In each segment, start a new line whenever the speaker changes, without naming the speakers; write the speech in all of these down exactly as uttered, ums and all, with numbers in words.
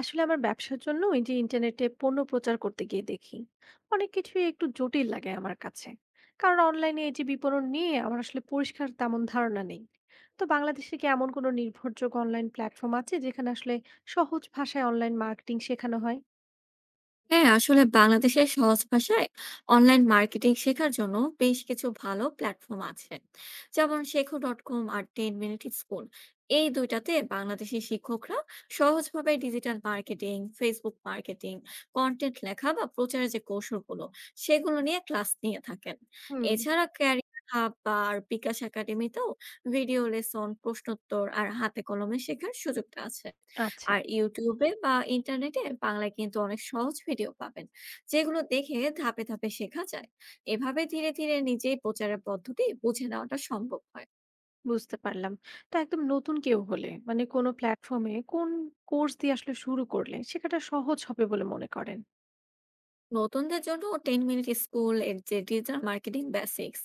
আসলে আমার ব্যবসার জন্য এই যে ইন্টারনেটে পণ্য প্রচার করতে গিয়ে দেখি অনেক কিছুই একটু জটিল লাগে আমার কাছে। কারণ অনলাইনে এই যে বিপণন নিয়ে আমার আসলে পরিষ্কার তেমন ধারণা নেই। তো বাংলাদেশে কি এমন কোনো নির্ভরযোগ্য অনলাইন প্ল্যাটফর্ম আছে যেখানে আসলে সহজ ভাষায় অনলাইন মার্কেটিং শেখানো হয়?
হ্যাঁ, আসলে বাংলাদেশের সহজ ভাষায় অনলাইন মার্কেটিং শেখার জন্য বেশ কিছু ভালো প্ল্যাটফর্ম আছে। যেমন শেখো ডট কম আর টেন মিনিট স্কুল। এই দুইটাতে বাংলাদেশি শিক্ষকরা সহজভাবে digital marketing, Facebook marketing, content লেখা বা প্রচারের যে কৌশলগুলো সেগুলো নিয়ে ক্লাস নিয়ে থাকেন।
হুম।
এছাড়া ক্যারিয়ার হাব বা আর বিকাশ একাডেমিতেও ভিডিও লেসন, প্রশ্নোত্তর আর হাতে কলমে শেখার সুযোগটা আছে।
আচ্ছা।
আর ইউটিউবে বা ইন্টারনেটে বাংলায় কিন্তু অনেক সহজ ভিডিও পাবেন, যেগুলো দেখে ধাপে ধাপে শেখা যায়। এভাবে ধীরে ধীরে নিজেই প্রচারের পদ্ধতি বুঝে নেওয়াটা সম্ভব হয়।
বুঝতে পারলাম। তো একদম নতুন কেউ হলে মানে কোনো প্ল্যাটফর্মে কোন কোর্স দিয়ে আসলে শুরু করলে সেটা সহজ হবে বলে মনে করেন?
নতুনদের জন্য টেন মিনিট স্কুল এর যে ডিজিটাল মার্কেটিং বেসিক্স,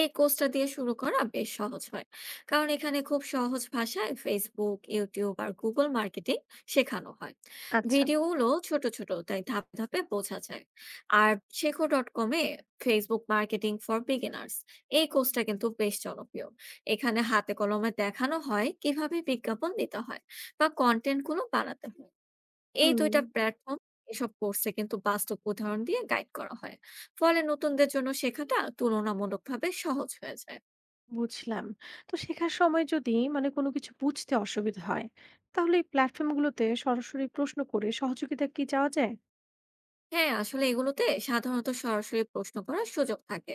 এই কোর্সটা দিয়ে শুরু করা বেশ সহজ হয়। কারণ এখানে খুব সহজ ভাষায় ফেসবুক, ইউটিউব আর গুগল মার্কেটিং শেখানো হয়।
আচ্ছা।
ভিডিওগুলো ছোট ছোট, তাই ধাপে ধাপে বোঝা যায়। আর শেখো ডট কমে ফেসবুক মার্কেটিং ফর বিগিনার্স, এই কোর্সটা কিন্তু বেশ জনপ্রিয়। এখানে হাতে কলমে দেখানো হয় কিভাবে বিজ্ঞাপন দিতে হয় বা কন্টেন্ট গুলো বানাতে হয়। এই
হুম।
দুই টা প্লাটফর্ম, এসব কোর্সে কিন্তু বাস্তব উদাহরণ দিয়ে গাইড করা হয়। ফলে নতুনদের জন্য শেখাটা তুলনামূলকভাবে সহজ হয়ে যায়।
বুঝলাম। তো শেখার সময় যদি মানে কোনো কিছু বুঝতে অসুবিধা হয় তাহলে এই প্ল্যাটফর্মগুলোতে সরাসরি প্রশ্ন করে সহযোগিতা কি চাওয়া যায়?
হ্যাঁ, আসলে এগুলোতে সাধারণত সরাসরি প্রশ্ন করার সুযোগ থাকে।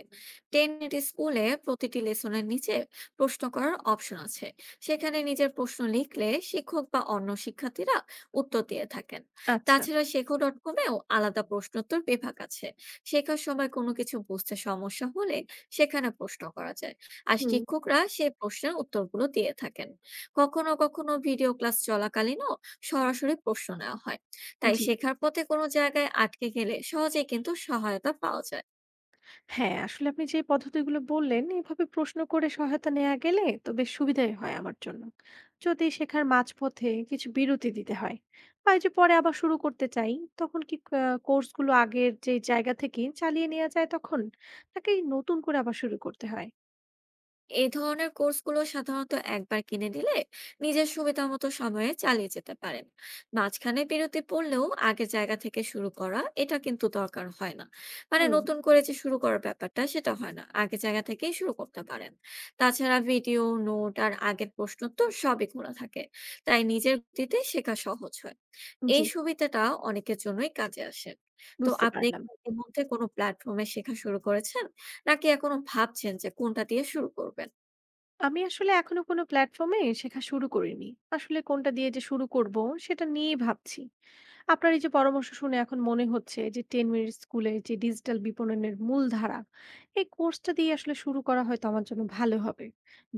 টেনেট স্কুলে প্রতিটি লেসনের নিচে প্রশ্ন করার অপশন আছে। সেখানে নিজের প্রশ্ন লিখলে শিক্ষক বা অন্য শিক্ষার্থীরা উত্তর দিয়ে থাকেন।
আচ্ছা।
তাছাড়া শেখো ডট কমেও আলাদা প্রশ্নোত্তর বিভাগ আছে। শেখার সময় কোনো কিছু বুঝতে সমস্যা হলে সেখানে প্রশ্ন করা যায়, আর
হুম।
শিক্ষকরা সেই প্রশ্নের উত্তরগুলো দিয়ে থাকেন। কখনো কখনো ভিডিও ক্লাস চলাকালীনও সরাসরি প্রশ্ন নেওয়া হয়। তাই
জি।
শেখার পথে কোনো জায়গায় আটকে গেলে সহজেই কিন্তু সহায়তা পাওয়া যায়।
হ্যাঁ, আসলে আপনি যে পদ্ধতিগুলো বললেন এভাবে প্রশ্ন করে সহায়তা নেওয়া গেলে তো বেশ সুবিধাই হয় আমার জন্য। যদি শেখার মাঝপথে কিছু বিরতি দিতে হয় বা এই যে পরে আবার শুরু করতে চাই, তখন কি আহ, কোর্সগুলো আগের যে জায়গা থেকে চালিয়ে নেওয়া যায় তখন, নাকি নতুন করে আবার শুরু করতে হয়?
এই ধরনের কোর্সগুলো সাধারণত একবার কিনে নিলে নিজের সুবিধা মতো সময়ে চালিয়ে যেতে পারেন। মাঝখানে বিরতি পড়লেও আগের জায়গা থেকে শুরু করা, এটা কিন্তু দরকার হয় না। মানে
হুম।
নতুন করে যে শুরু করার ব্যাপারটা সেটা হয় না, আগের জায়গা থেকেই শুরু করতে পারেন। তাছাড়া ভিডিও, নোট আর আগের প্রশ্ন তো সবই খোলা থাকে, তাই নিজের গতিতে শেখা সহজ হয়।
জি।
এই সুবিধাটা অনেকের জন্যই কাজে আসে। তো
বুঝতে
আপনি
পারলাম।
কি এর মধ্যে কোনো প্ল্যাটফর্মে শেখা শুরু করেছেন, নাকি এখনো ভাবছেন যে কোনটা দিয়ে শুরু করবেন?
আমি আসলে এখনো কোনো প্ল্যাটফর্মে শেখা শুরু করিনি। আসলে কোনটা দিয়ে যে শুরু করব, সেটা নিয়েই ভাবছি। আপনার এই যে পরামর্শ শুনে এখন মনে হচ্ছে যে দশ মিনিট স্কুলে যে ডিজিটাল বিপণনের মূল ধারা, এই কোর্সটা দিয়ে আসলে শুরু করা হয়তো আমার জন্য ভালো হবে।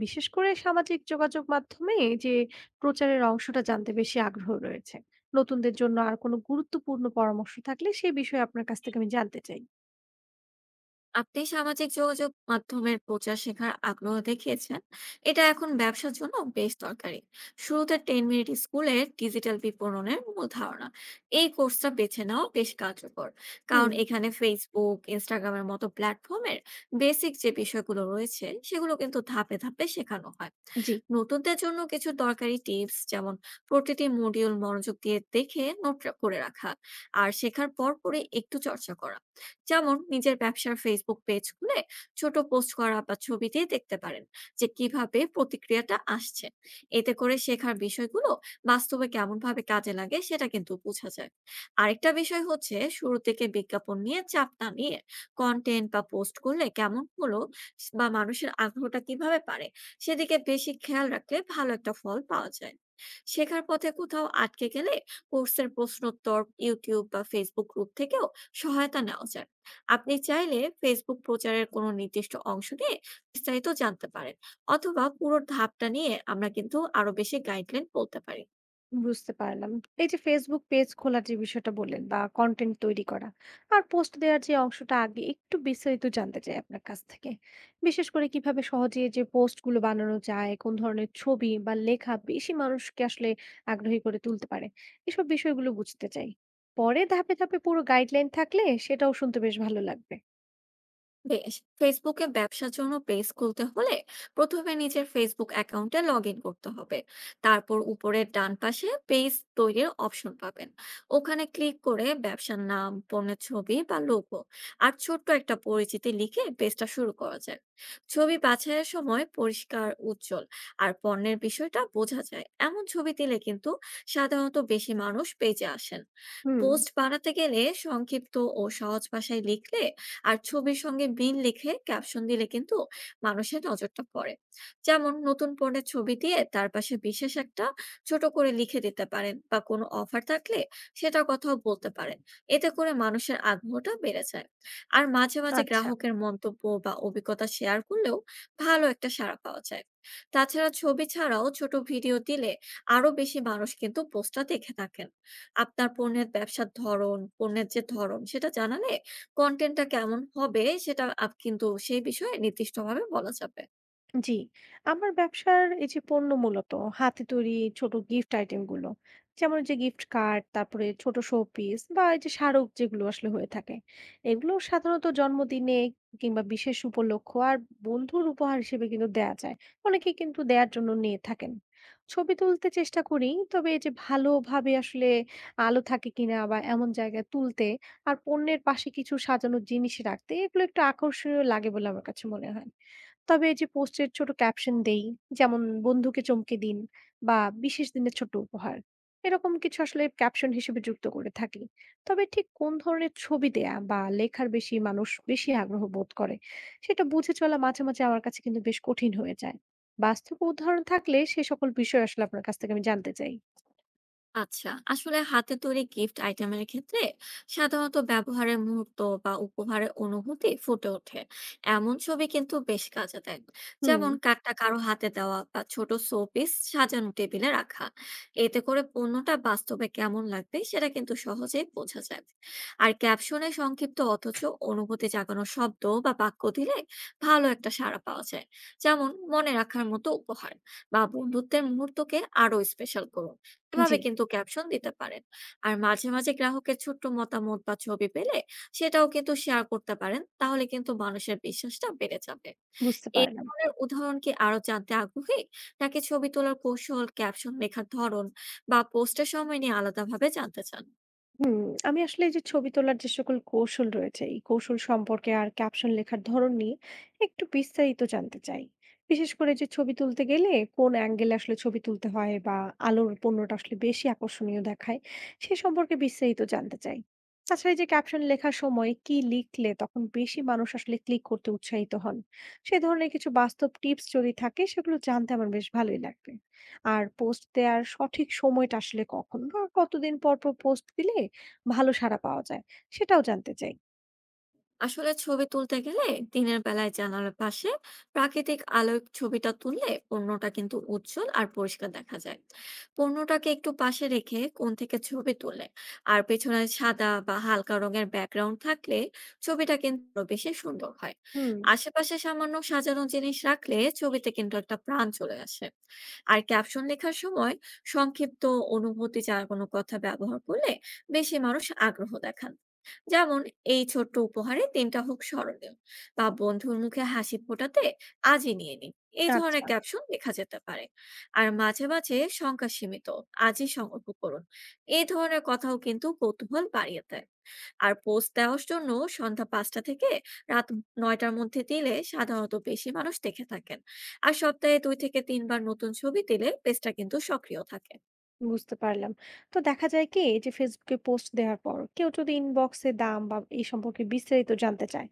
বিশেষ করে সামাজিক যোগাযোগ মাধ্যমে যে প্রচারের অংশটা জানতে বেশি আগ্রহ রয়েছে। নতুনদের জন্য আর কোনো গুরুত্বপূর্ণ পরামর্শ থাকলে সেই বিষয়ে আপনার কাছ থেকে আমি জানতে চাই।
আপনি সামাজিক যোগাযোগ মাধ্যমের প্রচার শেখার আগ্রহ দেখিয়েছেন, এটা এখন ব্যবসার জন্য বেশ দরকারি। শুরুতে টেন মিনিট স্কুলের ডিজিটাল বিপণনের মূল ধারণা, এই কোর্সটা বেছে নেওয়া বেশ কার্যকর। কারণ
হুম।
এখানে ফেসবুক, ইনস্টাগ্রামের মতো প্ল্যাটফর্মের বেসিক যে বিষয়গুলো রয়েছে, সেগুলো কিন্তু ধাপে ধাপে শেখানো হয়।
জি।
নতুনদের জন্য কিছু দরকারি টিপস, যেমন প্রতিটি মডিউল মনোযোগ দিয়ে দেখে নোট করে রাখা, আর শেখার পর পরে একটু চর্চা করা। যেমন নিজের ব্যবসার ফেসবুক পেজ খুলে ছোট পোস্ট করা বা ছবি দিয়ে দেখতে পারেন যে কিভাবে প্রতিক্রিয়াটা আসছে। এতে করে শেখার বিষয়গুলো বাস্তবে কেমন ভাবে কাজে লাগে সেটা কিন্তু বোঝা যায়। আরেকটা বিষয় হচ্ছে, শুরু থেকে বিজ্ঞাপন নিয়ে চাপ না নিয়ে কন্টেন্ট বা পোস্ট করলে কেমন হলো বা মানুষের আগ্রহটা কিভাবে পারে, সেদিকে বেশি খেয়াল রাখলে ভালো একটা ফল পাওয়া যায়। শেখার পথে কোথাও আটকে গেলে কোর্সের প্রশ্নোত্তর, ইউটিউব বা ফেসবুক গ্রুপ থেকেও সহায়তা নেওয়া যায়। আপনি চাইলে ফেসবুক প্রচারের কোনো নির্দিষ্ট অংশ নিয়ে বিস্তারিত জানতে পারেন, অথবা পুরো ধাপটা নিয়ে আমরা কিন্তু আরো বেশি গাইডলাইন বলতে পারি।
বুঝতে পারলাম। এই যে Facebook পেজ খোলার যে বিষয়টা বললেন বা কনটেন্ট তৈরি করা আর পোস্ট দেওয়ার যে অংশটা আগে একটু বিস্তারিত জানতে চাই আপনার কাছ থেকে। বিশেষ করে কিভাবে সহজে যে পোস্টগুলো বানানো যায়, কোন ধরনের ছবি বা লেখা বেশি মানুষকে আসলে আগ্রহী করে তুলতে পারে। এসব বিষয়গুলো বুঝতে চাই। পরে ধাপে, ধাপে পুরো গাইডলাইন থাকলে সেটাও শুনতে বেশ ভালো লাগবে।
বেশ। ফেসবুকে ব্যবসার জন্য পেজ খুলতে হলে প্রথমে নিজের ফেসবুক অ্যাকাউন্টে লগ ইন করতে হবে। তারপর উপরের ডান পাশে পেজ তৈরির অপশন পাবেন। ওখানে ক্লিক করে ব্যবসার নাম, পণ্যের ছবি বা লোগো, আর ছোট্ট একটা পরিচিতি লিখে পেজটা শুরু করা যায়। ছবি বাছাইয়ের সময় পরিষ্কার, উজ্জ্বল আর পণ্যের বিষয়টা বোঝা যায় এমন ছবি দিলে কিন্তু সাধারণত বেশি মানুষ পেজে আসেন।
হুম।
পোস্ট বানাতে গেলে সংক্ষিপ্ত ও সহজ ভাষায় লিখলে আর ছবির সঙ্গে মিল লিখে ক্যাপশন দিলে কিন্তু মানুষের নজরটা পড়ে। যেমন নতুন পণ্যের ছবি দিয়ে তার পাশে বিশেষ একটা ছোট করে লিখে দিতে পারেন, বা কোনো অফার থাকলে সেটার কথাও বলতে পারেন। এতে করে মানুষের আগ্রহটা বেড়ে যায়। আর মাঝে মাঝে
আচ্ছা।
গ্রাহকের মন্তব্য বা অভিজ্ঞতা শেয়ার করলেও ভালো একটা সাড়া পাওয়া যায়। তাছাড়া ছবি ছাড়াও ছোট ভিডিও দিলে আরো বেশি মানুষ কিন্তু পোস্টটা দেখে থাকেন। আপনার পণ্যের ব্যবসার ধরন, পণ্যের যে ধরন সেটা জানালে কনটেন্ট টা কেমন হবে, সেটা আপ কিন্তু সেই বিষয়ে নির্দিষ্টভাবে বলা যাবে।
জি, আমার ব্যবসার এই যে পণ্য মূলত হাতে তৈরি ছোট গিফট আইটেম গুলো। যেমন এই যে গিফট কার্ড, তারপরে ছোট শোপিস বা এই যে স্মারক যেগুলো আসলে হয়ে থাকে। এগুলো সাধারণত জন্মদিনে কিংবা বিশেষ উপলক্ষ আর বন্ধুর উপহার হিসেবে কিন্তু দেয়া যায়। অনেকে কিন্তু দেয়ার জন্য নিয়ে থাকেন। ছবি তুলতে চেষ্টা করি, তবে এই যে ভালোভাবে আসলে আলো থাকে কিনা বা এমন জায়গায় তুলতে আর পণ্যের পাশে কিছু সাজানোর জিনিস রাখতে এগুলো একটু আকর্ষণীয় লাগে বলে আমার কাছে মনে হয়। তবে এই যে পোস্টের ছোট ক্যাপশন দেই, যেমন বন্ধুকে চমকে দিন বা বিশেষ দিনের ছোট উপহার, এরকম কিছু আসলে ক্যাপশন হিসেবে যুক্ত করে থাকি। তবে ঠিক কোন ধরনের ছবি দেয়া বা লেখার বেশি মানুষ বেশি আগ্রহ বোধ করে সেটা বুঝে চলা মাঝে মাঝে আমার কাছে কিন্তু বেশ কঠিন হয়ে যায়। বাস্তব উদাহরণ থাকলে সে সকল বিষয় আসলে আপনার কাছ থেকে আমি জানতে চাই।
আচ্ছা, আসলে হাতে তৈরি গিফট আইটেমের ক্ষেত্রে সাধারণত ব্যবহারের মুহূর্ত বা উপহারের অনুভূতি ফুটে ওঠে এমন ছবি কিন্তু বেশ কাজে দেয়।
হুম।
যেমন কার্ডটা কারো হাতে দেওয়া বা ছোট শোপিস সাজানো টেবিলে রাখা, এতে করে পণ্যটা বাস্তবে কেমন লাগবে সেটা কিন্তু সহজেই বোঝা যায়। আর ক্যাপশনে সংক্ষিপ্ত অথচ অনুভূতি জাগানো শব্দ বা বাক্য দিলে ভালো একটা সাড়া পাওয়া যায়। যেমন মনে রাখার মতো উপহার, বা বন্ধুত্বের মুহূর্তকে আরো স্পেশাল করুন,
জি।
এভাবে কিন্তু ক্যাপশন দিতে পারেন। আর মাঝে, মাঝে গ্রাহকের ছোট্ট মতামত বা ছবি পেলে সেটাও কিন্তু শেয়ার করতে পারেন। তাহলে কিন্তু মানুষের বিশ্বাসটা বেড়ে যাবে।
বুঝতে
এ
পারলাম।
ধরনের উদাহরণ কি আরো জানতে আগ্রহী? নাকি ছবি তোলার কৌশল, ক্যাপশন লেখার ধরন বা পোস্টের সময় নিয়ে আলাদাভাবে জানতে চান?
হুম, আমি আসলে এই যে ছবি তোলার যে সকল কৌশল রয়েছে, এই কৌশল সম্পর্কে আর ক্যাপশন লেখার ধরন নিয়ে একটু বিস্তারিত জানতে চাই। বিশেষ করে যে ছবি তুলতে গেলে কোন অ্যাঙ্গেলে আসলে ছবি তুলতে হয় বা আলোর পণ্যটা আসলে বেশি আকর্ষণীয় দেখায় সে সম্পর্কে বিস্তারিত জানতে চাই। তাছাড়া এই যে ক্যাপশন লেখার সময় কি লিখলে তখন বেশি মানুষ আসলে ক্লিক করতে উৎসাহিত হন? সে ধরনের কিছু বাস্তব টিপস যদি থাকে সেগুলো জানতে আমার বেশ ভালোই লাগবে। আর পোস্ট দেওয়ার সঠিক সময়টা আসলে কখন বা কতদিন পর পর পোস্ট দিলে ভালো সাড়া পাওয়া যায়, সেটাও জানতে চাই।
আসলে ছবি তুলতে গেলে দিনের বেলায় জানালার পাশে প্রাকৃতিক আলোয় ছবিটা তুললে পণ্যটা কিন্তু উজ্জ্বল আর পরিষ্কার দেখা যায়। পণ্যটাকে একটু পাশে রেখে কোণ থেকে ছবি তুললে আর পেছনে সাদা বা হালকা রঙের ব্যাকগ্রাউন্ড থাকলে ছবিটা কিন্তু আরো বেশি সুন্দর হয়।
হুম।
আশেপাশে সামান্য সাজানো জিনিস রাখলে ছবিতে কিন্তু একটা প্রাণ চলে আসে। আর ক্যাপশন লেখার সময় সংক্ষিপ্ত, অনুভূতি যার কোনো কথা ব্যবহার করলে বেশি মানুষ আগ্রহ দেখান। যেমন, এই ছোট্ট উপহারে দিনটা হোক স্মরণীয়, বা বন্ধুর মুখে হাসি ফোটাতে আজই নিয়ে নিন, এই ধরনের
আচ্ছা।
ক্যাপশন লেখা যেতে পারে। আর মাঝে মাঝে সংখ্যা সীমিত, আজই সংকল্প করুন, এই ধরনের কথাও কিন্তু কৌতূহল বাড়িয়ে দেয়। আর পোস্ট দেওয়ার জন্য সন্ধ্যা পাঁচটা থেকে রাত নয়টার মধ্যে দিলে সাধারণত বেশি মানুষ দেখে থাকেন। আর সপ্তাহে দুই থেকে তিনবার নতুন ছবি দিলে পেজটা কিন্তু সক্রিয় থাকে।
বুঝতে পারলাম। তো দেখা যায় কি যে Facebook এ পোস্ট দেওয়ার পর কেউ যদি ইনবক্সে দাম বা এই সম্পর্কে বিস্তারিত জানতে চায়,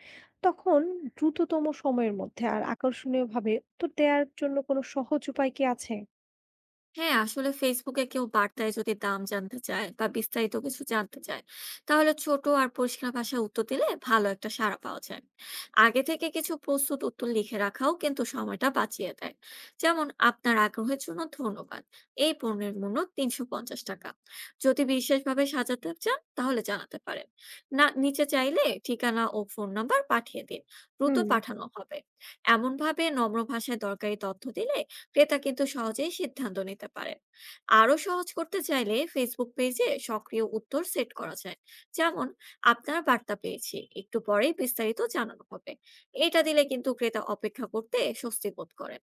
তখন দ্রুততম সময়ের মধ্যে আর আকর্ষণীয়ভাবে উত্তর দেওয়ার জন্য কোনো সহজ উপায় কি আছে?
হ্যাঁ, আসলে ফেসবুকে কেউ বার্তায় যদি দাম জানতে চায় বা বিস্তারিত কিছু জানতে চায়, তাহলে ছোট আর পরিষ্কার ভাষায় উত্তর দিলে ভালো একটা সাড়া পাওয়া যায়। আগে থেকে কিছু প্রস্তুত উত্তর লিখে রাখাও কিন্তু সময়টা বাঁচিয়ে দেয়। যেমন, আপনার আগ্রহের জন্য ধন্যবাদ। এই পণ্যের মূল্য তিনশো পঞ্চাশ টাকা। যদি বিশেষভাবে সাজাতে চান তাহলে জানাতে পারেন। না নিচে চাইলে ঠিকানা ও ফোন নাম্বার পাঠিয়ে দিন। দ্রুত
হুম।
পাঠানো হবে। এমনভাবে নম্র ভাষায় দরকারি তথ্য দিলে ক্রেতা কিন্তু সহজেই সিদ্ধান্ত নিতে পারেন। আরো সহজ করতে চাইলে ফেসবুক পেজে সক্রিয় উত্তর সেট করা যায়। যেমন, আপনার বার্তা পেয়েছি, একটু পরেই বিস্তারিত জানানো হবে। এটা দিলে কিন্তু ক্রেতা অপেক্ষা করতে স্বস্তি বোধ করে।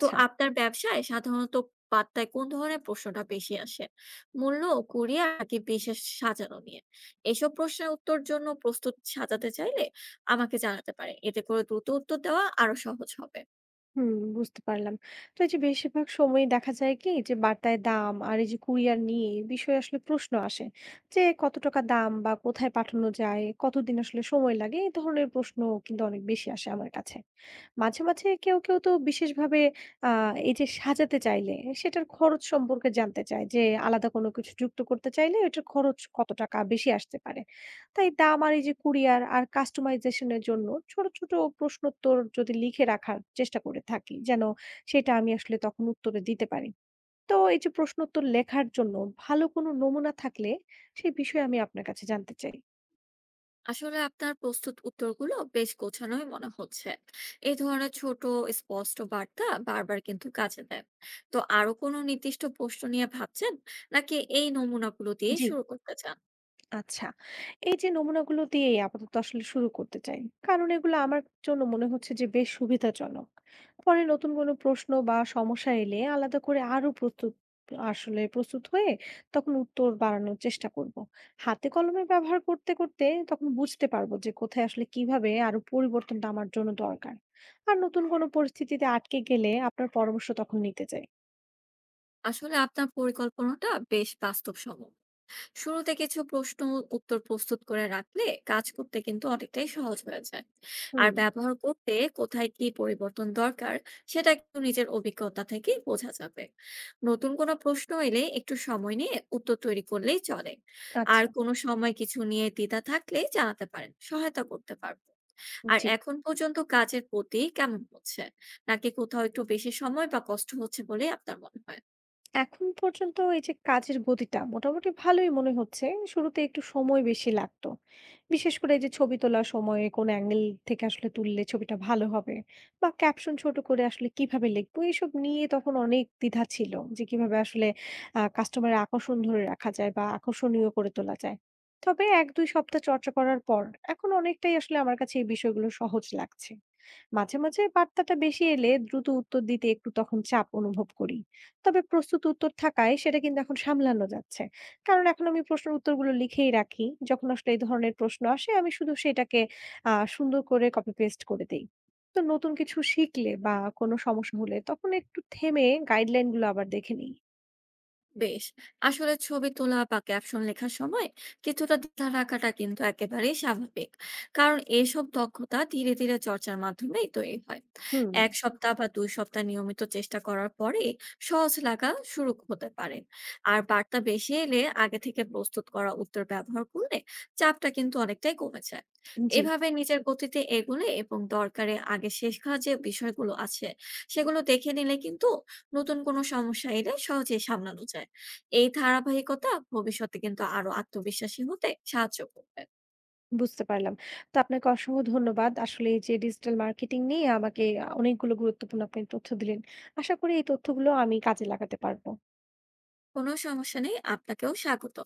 তো আপনার ব্যবসায় সাধারণত বার্তায় কোন ধরনের প্রশ্নটা বেশি আসে? মূল্য, কুরিয়ার নাকি বিশেষ সাজানো নিয়ে? এসব প্রশ্নের উত্তর জন্য প্রস্তুত সাজাতে চাইলে আমাকে জানাতে পারে, এতে করে দ্রুত উত্তর দেওয়া আরো সহজ হবে।
হুম, বুঝতে পারলাম। তো এই যে বেশিরভাগ সময়ই দেখা যায় কি যে বার্তায় দাম আর এই যে কুরিয়ার নিয়ে এ বিষয়ে আসলে প্রশ্ন আসে। যে কত টাকা দাম বা কোথায় পাঠানো যায়, কতদিন আসলে সময় লাগে? এ ধরনের প্রশ্ন কিন্তু অনেক বেশি আসে আমার কাছে। মাঝে, মাঝে কেউ, কেউ তো বিশেষভাবে আ এই যে সাজাতে চাইলে সেটার খরচ সম্পর্কে জানতে চায় যে আলাদা কোনো কিছু যুক্ত করতে চাইলে এটার খরচ কত টাকা বেশি আসতে পারে। তাই দাম আর এই যে কুরিয়ার আর customization এর জন্য ছোট, ছোট প্রশ্নোত্তর যদি লিখে রাখার চেষ্টা করে থাকি যেন সেটা আমি আসলে তখন উত্তরে দিতে পারি। তো এই যে প্রশ্নোত্তর লেখার জন্য ভালো কোনো নমুনা থাকলে সেই বিষয়ে আমি আপনার কাছে জানতে চাই।
আসলে আপনার প্রস্তুত উত্তরগুলো বেশ গোছানোই মনে হচ্ছে। এই ধরনের ছোট, স্পষ্ট বার্তা বারবার কিন্তু কাজে দেয়। তো আরো কোনো নির্দিষ্ট প্রশ্ন নিয়ে ভাবছেন, নাকি এই নমুনাগুলো দিয়ে
জি।
শুরু করতে চান?
আচ্ছা। এই যে নমুনাগুলো দিয়ে আপাতত আসলে শুরু করতে চাই। কারণ এগুলো আমার জন্য মনে হচ্ছে যে বেশ সুবিধাজনক। পরে নতুন কোনো প্রশ্ন বা সমস্যা এলে আলাদা করে আরো প্রস্তুত আসলে প্রস্তুত হয়ে তখন উত্তর বাড়ানোর চেষ্টা করব। হাতে কলমে ব্যবহার করতে, করতে তখন বুঝতে পারবো যে কোথায় আসলে কিভাবে আরো পরিবর্তনটা আমার জন্য দরকার। আর নতুন কোনো পরিস্থিতিতে আটকে গেলে আপনার পরামর্শ তখন নিতে চাই।
আসলে আপনার পরিকল্পনাটা বেশ বাস্তবসম্মত। শুরুতে কিছু প্রশ্ন, উত্তর প্রস্তুত করে রাখলে কাজ করতে কিন্তু অনেকটাই সহজ হয়ে যায়। আর
হুম।
ব্যবহার করতে কোথায় কি পরিবর্তন দরকার সেটা কিন্তু নিজের অভিজ্ঞতা থেকে বোঝা যাবে। নতুন কোনো প্রশ্ন এলে একটু সময় নিয়ে উত্তর তৈরি করলেই চলে। আর
আচ্ছা।
কোনো সময় কিছু নিয়ে দ্বিধা থাকলে জানাতে পারেন, সহায়তা করতে পারবো। আর
জি।
এখন পর্যন্ত কাজের প্রতি কেমন হচ্ছে, নাকি কোথাও একটু বেশি সময় বা কষ্ট হচ্ছে বলে আপনার মনে হয়?
এখন পর্যন্ত এই যে কাজের গতিটা মোটামুটি ভালোই মনে হচ্ছে। শুরুতে একটু সময় বেশি লাগতো। বিশেষ করে এই যে ছবি তোলার সময়ে কোন অ্যাঙ্গেল থেকে আসলে তুললে ছবিটা ভালো হবে বা ক্যাপশন ছোট করে আসলে কিভাবে লিখবো এসব নিয়ে তখন অনেক দ্বিধা ছিল যে কিভাবে আসলে আ কাস্টমারের আকর্ষণ ধরে রাখা যায় বা আকর্ষণীয় করে তোলা যায়। তবে এক দুই সপ্তাহ চর্চা করার পর এখন অনেকটাই আসলে আমার কাছে এই বিষয়গুলো সহজ লাগছে। মাঝে, মাঝে বার্তাটা বেশি এলে দ্রুত উত্তর দিতে একটু তখন চাপ অনুভব করি। তবে প্রস্তুত উত্তর থাকায় সেটা কিন্তু এখন সামলানো যাচ্ছে। কারণ এখন আমি প্রশ্নের উত্তরগুলো লিখেই রাখি। যখন আসলে এই ধরনের প্রশ্ন আসে আমি শুধু সেটাকে আ সুন্দর করে কপি পেস্ট করে দেই। তো নতুন কিছু শিখলে বা কোনো সমস্যা হলে তখন একটু থেমে গাইডলাইন গুলো আবার দেখে নিই।
বেশ। আসলে ছবি তোলা বা ক্যাপশন লেখার সময় কিছুটা দ্বিধা রাখাটা কিন্তু একেবারেই স্বাভাবিক। কারণ এইসব দক্ষতা ধীরে ধীরে চর্চার মাধ্যমেই তৈরি হয়।
হুম।
এক সপ্তাহ বা দুই সপ্তাহ নিয়মিত চেষ্টা করার পরে সহজ লাগা শুরু হতে পারে। আর বার্তা বেশি এলে আগে থেকে প্রস্তুত করা উত্তর ব্যবহার করলে চাপটা কিন্তু অনেকটাই কমে যায়।
জি,
এভাবে নিজের গতিতে এগোলে এবং দরকারে আগে শেষ করা যে বিষয়গুলো আছে সেগুলো দেখে নিলে কিন্তু নতুন কোনো সমস্যা এলে সহজেই সামলানো যায়। এই ধারাবাহিকতা ভবিষ্যতে কিন্তু আরো আত্মবিশ্বাসী হতে সাহায্য করবে।
বুঝতে পারলাম। তো আপনাকে অসংখ্য ধন্যবাদ। আসলে এই যে ডিজিটাল মার্কেটিং নিয়ে আমাকে আ অনেকগুলো গুরুত্বপূর্ণ আপনি তথ্য দিলেন। আশা করি এই তথ্যগুলো আমি কাজে লাগাতে পারব।
কোনো সমস্যা নেই, আপনাকেও স্বাগত।